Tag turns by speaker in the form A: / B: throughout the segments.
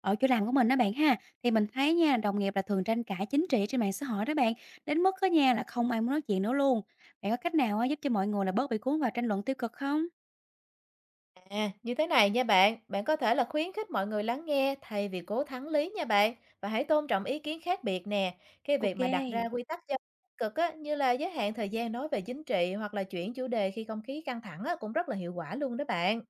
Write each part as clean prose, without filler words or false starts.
A: Ở chỗ làm của mình đó bạn ha, thì mình thấy nha, đồng nghiệp là thường tranh cãi chính trị trên mạng xã hội đó bạn, đến mức á nha là không ai muốn nói chuyện nữa luôn. Bạn có cách nào á giúp cho mọi người là bớt bị cuốn vào tranh luận tiêu cực không?
B: À, như thế này nha bạn, bạn có thể là khuyến khích mọi người lắng nghe thay vì cố thắng lý nha bạn, và hãy tôn trọng ý kiến khác biệt nè. Cái việc
A: Ok.
B: mà đặt ra quy tắc giao tiếp tích cực á, như là giới hạn thời gian nói về chính trị hoặc là chuyển chủ đề khi không khí căng thẳng á, cũng rất là hiệu quả luôn đó bạn.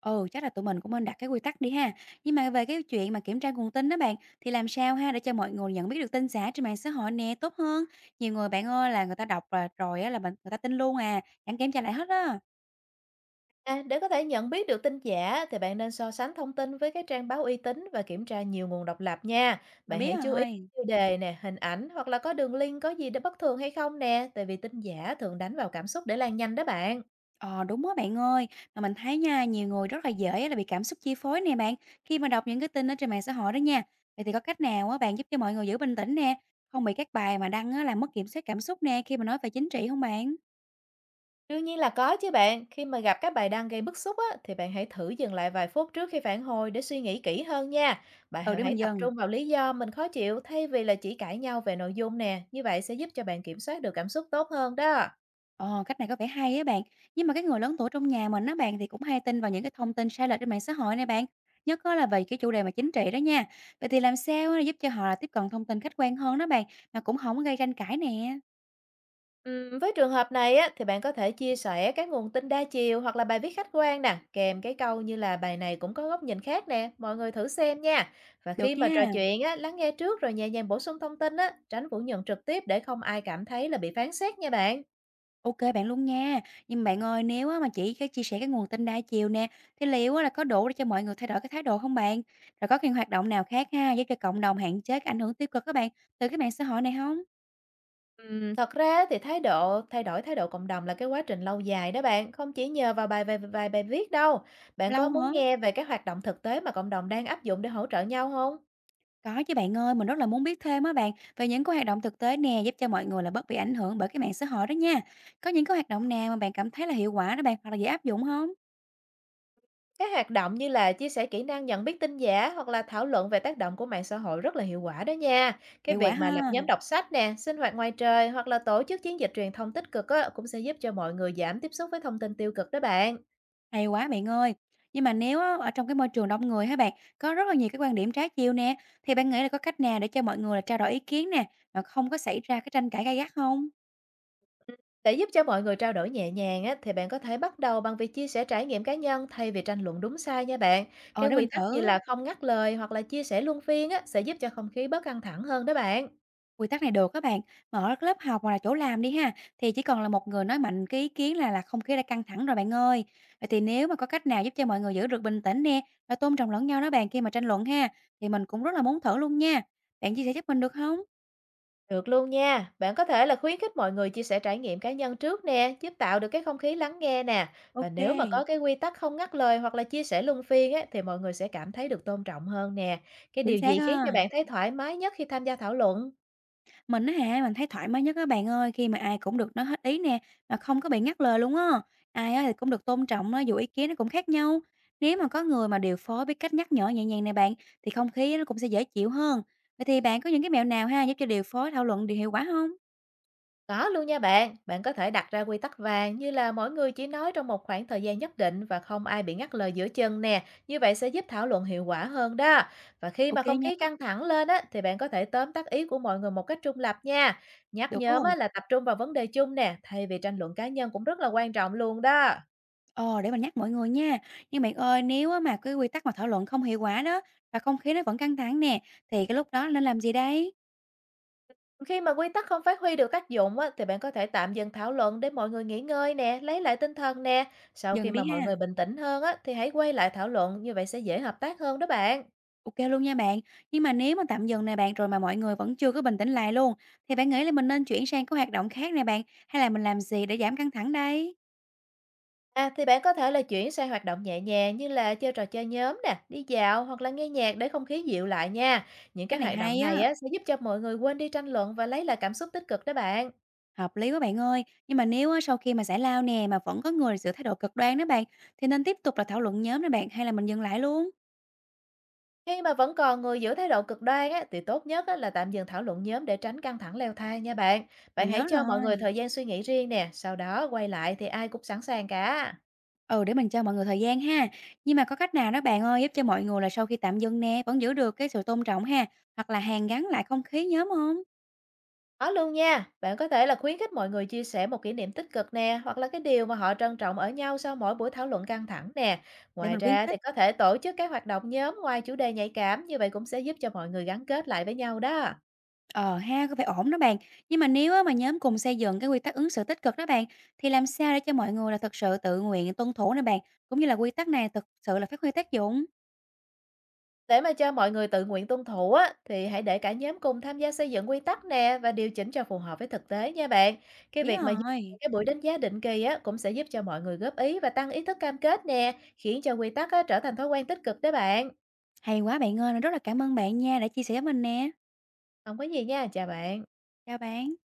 A: Ừ, chắc là tụi mình cũng nên đặt cái quy tắc đi ha. Nhưng mà về cái chuyện mà kiểm tra nguồn tin đó bạn, thì làm sao ha để cho mọi người nhận biết được tin giả trên mạng xã hội nè tốt hơn? Nhiều người bạn ơi là người ta đọc là rồi á là mình người ta tin luôn à, chẳng kiểm tra lại hết á.
B: À, để có thể nhận biết được tin giả thì bạn nên so sánh thông tin với các trang báo uy tín và kiểm tra nhiều nguồn độc lập nha.
A: Mình
B: Bạn
A: biết
B: hãy chú ý
A: rồi.
B: tiêu đề nè, hình ảnh hoặc là có đường link có gì đó bất thường hay không nè, tại vì tin giả thường đánh vào cảm xúc để lan nhanh đó bạn.
A: Ờ, đúng đó bạn ơi, mà mình thấy nha, nhiều người rất là dễ là bị cảm xúc chi phối nè bạn, khi mà đọc những cái tin ở trên mạng xã hội đó nha. Vậy thì có cách nào á bạn giúp cho mọi người giữ bình tĩnh nè, không bị các bài mà đăng á làm mất kiểm soát cảm xúc nè khi mà nói về chính trị không bạn?
B: Đương nhiên là có chứ bạn, khi mà gặp các bài đăng gây bức xúc á, thì bạn hãy thử dừng lại vài phút trước khi phản hồi để suy nghĩ kỹ hơn nha. Bạn
A: Ừ
B: hãy
A: để mình
B: hãy tập
A: dần.
B: trung vào lý do mình khó chịu thay vì là chỉ cãi nhau về nội dung nè, như vậy sẽ giúp cho bạn kiểm soát được cảm xúc tốt hơn đó.
A: Ờ, cách này có vẻ hay á bạn, nhưng mà cái người lớn tuổi trong nhà mình á bạn thì cũng hay tin vào những cái thông tin sai lệch trên mạng xã hội này bạn, nhất á là về cái chủ đề mà chính trị đó nha. Vậy thì làm sao á, giúp cho họ là tiếp cận thông tin khách quan hơn đó bạn, mà cũng không có gây tranh cãi nè.
B: Với trường hợp này á, thì bạn có thể chia sẻ các nguồn tin đa chiều hoặc là bài viết khách quan nè, kèm cái câu như là bài này cũng có góc nhìn khác nè, mọi người thử xem nha. Và
A: Được
B: khi mà
A: nha.
B: trò chuyện á, lắng nghe trước rồi nhẹ nhàng bổ sung thông tin á, tránh phủ nhận trực tiếp để không ai cảm thấy là bị phán xét nha bạn.
A: OK bạn luôn nha. Nhưng bạn ơi, nếu á mà chỉ cái chia sẻ cái nguồn tin đa chiều nè, thì liệu á là có đủ để cho mọi người thay đổi cái thái độ không bạn? Rồi có cái hoạt động nào khác ha, giúp cho cộng đồng hạn chế cái ảnh hưởng tiêu cực các bạn, từ cái mạng xã hội này không?
B: Thật ra á thì thái độ thay đổi thái độ cộng đồng là cái quá trình lâu dài đó bạn, không chỉ nhờ vào bài vài vài bài viết đâu. Bạn có
A: Lâu
B: muốn
A: hả?
B: nghe về các hoạt động thực tế mà cộng đồng đang áp dụng để hỗ trợ nhau không?
A: Có chứ bạn ơi, mình rất là muốn biết thêm á bạn, về những cái hoạt động thực tế nè, giúp cho mọi người là bớt bị ảnh hưởng bởi cái mạng xã hội đó nha. Có những cái hoạt động nào mà bạn cảm thấy là hiệu quả đó bạn, hoặc là dễ áp dụng không?
B: Các hoạt động như là chia sẻ kỹ năng nhận biết tin giả hoặc là thảo luận về tác động của mạng xã hội rất là hiệu quả đó nha. Cái
A: Hiệu quả
B: việc mà lập
A: ha.
B: nhóm đọc sách nè, sinh hoạt ngoài trời hoặc là tổ chức chiến dịch truyền thông tích cực á, cũng sẽ giúp cho mọi người giảm tiếp xúc với thông tin tiêu cực đó bạn.
A: Hay quá bạn ơi! Nhưng mà nếu á, ở trong cái môi trường đông người ha bạn, có rất là nhiều cái quan điểm trái chiều nè, thì bạn nghĩ là có cách nào để cho mọi người là trao đổi ý kiến nè, mà không có xảy ra cái tranh cãi gay gắt không?
B: Để giúp cho mọi người trao đổi nhẹ nhàng á, thì bạn có thể bắt đầu bằng việc chia sẻ trải nghiệm cá nhân thay vì tranh luận đúng sai nha bạn. Cái
A: Ờ, để
B: quy
A: mình
B: tắc như
A: thử
B: là không ngắt lời hoặc là chia sẻ luân phiên á, sẽ giúp cho không khí bớt căng thẳng hơn đó bạn.
A: quy tắc này được các bạn. Mà ở lớp học hoặc là chỗ làm đi ha, thì chỉ còn là một người nói mạnh cái ý kiến là không khí đã căng thẳng rồi bạn ơi. Vậy thì nếu mà có cách nào giúp cho mọi người giữ được bình tĩnh nè, và tôn trọng lẫn nhau đó bạn khi mà tranh luận ha, thì mình cũng rất là muốn thử luôn nha. Bạn chia sẻ giúp mình được không?
B: Được luôn nha. Bạn có thể là khuyến khích mọi người chia sẻ trải nghiệm cá nhân trước nè, giúp tạo được cái không khí lắng nghe nè. Và
A: Ok,
B: nếu mà có cái quy tắc không ngắt lời hoặc là chia sẻ luân phiên á, thì mọi người sẽ cảm thấy được tôn trọng hơn nè. Cái
A: chính
B: điều
A: xác
B: gì khiến cho
A: á.
B: bạn thấy thoải mái nhất khi tham gia thảo luận?
A: Mình á hả, mình thấy thoải mái nhất á bạn ơi, khi mà ai cũng được nói hết ý nè, mà không có bị ngắt lời luôn á. Ai á thì cũng được tôn trọng á, dù ý kiến nó cũng khác nhau. Nếu mà có người mà điều phối biết cách nhắc nhở nhẹ nhàng này bạn, thì không khí nó cũng sẽ dễ chịu hơn. Vậy thì bạn có những cái mẹo nào ha giúp cho điều phối thảo luận điều hiệu quả không?
B: Có luôn nha bạn, bạn có thể đặt ra quy tắc vàng như là mỗi người chỉ nói trong một khoảng thời gian nhất định và không ai bị ngắt lời giữa chừng nè, như vậy sẽ giúp thảo luận hiệu quả hơn đó. Và khi mà
A: Ok
B: không
A: nha,
B: khí căng thẳng lên á, thì bạn có thể tóm tắt ý của mọi người một cách trung lập nha. Nhắc
A: được
B: nhóm á,
A: luôn.
B: là tập trung vào vấn đề chung nè, thay vì tranh luận cá nhân cũng rất là quan trọng luôn đó.
A: Ờ, để mình nhắc mọi người nha. Nhưng bạn ơi, nếu á mà cái quy tắc mà thảo luận không hiệu quả đó, và không khí nó vẫn căng thẳng nè, thì cái lúc đó nên làm gì đây?
B: Khi mà quy tắc không phát huy được tác dụng á, thì bạn có thể tạm dừng thảo luận để mọi người nghỉ ngơi nè, lấy lại tinh thần nè. Sau khi
A: Dừng
B: mà
A: đi
B: mọi
A: ha.
B: người bình tĩnh hơn á, thì hãy quay lại thảo luận, như vậy sẽ dễ hợp tác hơn đó bạn.
A: OK luôn nha bạn. Nhưng mà nếu mà tạm dừng nè bạn, rồi mà mọi người vẫn chưa có bình tĩnh lại luôn, thì bạn nghĩ là mình nên chuyển sang cái hoạt động khác nè bạn, hay là mình làm gì để giảm căng thẳng đây?
B: À, thì bạn có thể là chuyển sang hoạt động nhẹ nhàng như là chơi trò chơi nhóm nè, đi dạo hoặc là nghe nhạc để không khí dịu lại nha. Những cái
A: Cách này
B: hoạt động
A: hay
B: này
A: á,
B: á, sẽ giúp cho mọi người quên đi tranh luận và lấy lại cảm xúc tích cực đó bạn.
A: hợp lý quá bạn ơi. Nhưng mà nếu á, sau khi mà giải lao nè, mà vẫn có người giữ thái độ cực đoan đó bạn, thì nên tiếp tục là thảo luận nhóm nè bạn, hay là mình dừng lại luôn?
B: Khi mà vẫn còn người giữ thái độ cực đoan á, thì tốt nhất á, là tạm dừng thảo luận nhóm để tránh căng thẳng leo thang nha bạn. Bạn
A: Mình
B: hãy
A: nhớ
B: cho mọi người
A: rồi.
B: thời gian suy nghĩ riêng nè, sau đó quay lại thì ai cũng sẵn sàng cả.
A: Ừ, để mình cho mọi người thời gian ha. Nhưng mà có cách nào đó bạn ơi, giúp cho mọi người là sau khi tạm dừng nè, vẫn giữ được cái sự tôn trọng ha, hoặc là hàn gắn lại không khí nhóm không?
B: Có luôn nha, bạn có thể là khuyến khích mọi người chia sẻ một kỷ niệm tích cực nè, hoặc là cái điều mà họ trân trọng ở nhau sau mỗi buổi thảo luận căng thẳng nè.
A: Để
B: Ngoài
A: mình khuyến
B: ra thì
A: khích.
B: có thể tổ chức các hoạt động nhóm ngoài chủ đề nhạy cảm, như vậy cũng sẽ giúp cho mọi người gắn kết lại với nhau đó.
A: Ờ ha, có vẻ ổn đó bạn. Nhưng mà nếu á, mà nhóm cùng xây dựng cái quy tắc ứng xử tích cực đó bạn, thì làm sao để cho mọi người là thực sự tự nguyện tuân thủ nè bạn, cũng như là quy tắc này thực sự là phát huy tác dụng?
B: Để mà cho mọi người tự nguyện tuân thủ á, thì hãy để cả nhóm cùng tham gia xây dựng quy tắc nè và điều chỉnh cho phù hợp với thực tế nha bạn. Cái
A: Biết
B: việc mà duy trì
A: rồi.
B: cái buổi đánh giá định kỳ á, cũng sẽ giúp cho mọi người góp ý và tăng ý thức cam kết nè, khiến cho quy tắc á, trở thành thói quen tích cực đó bạn.
A: Hay quá bạn ơi, rất là cảm ơn bạn nha đã chia sẻ với mình nè.
B: Không có gì nha, chào bạn.
A: Chào bạn.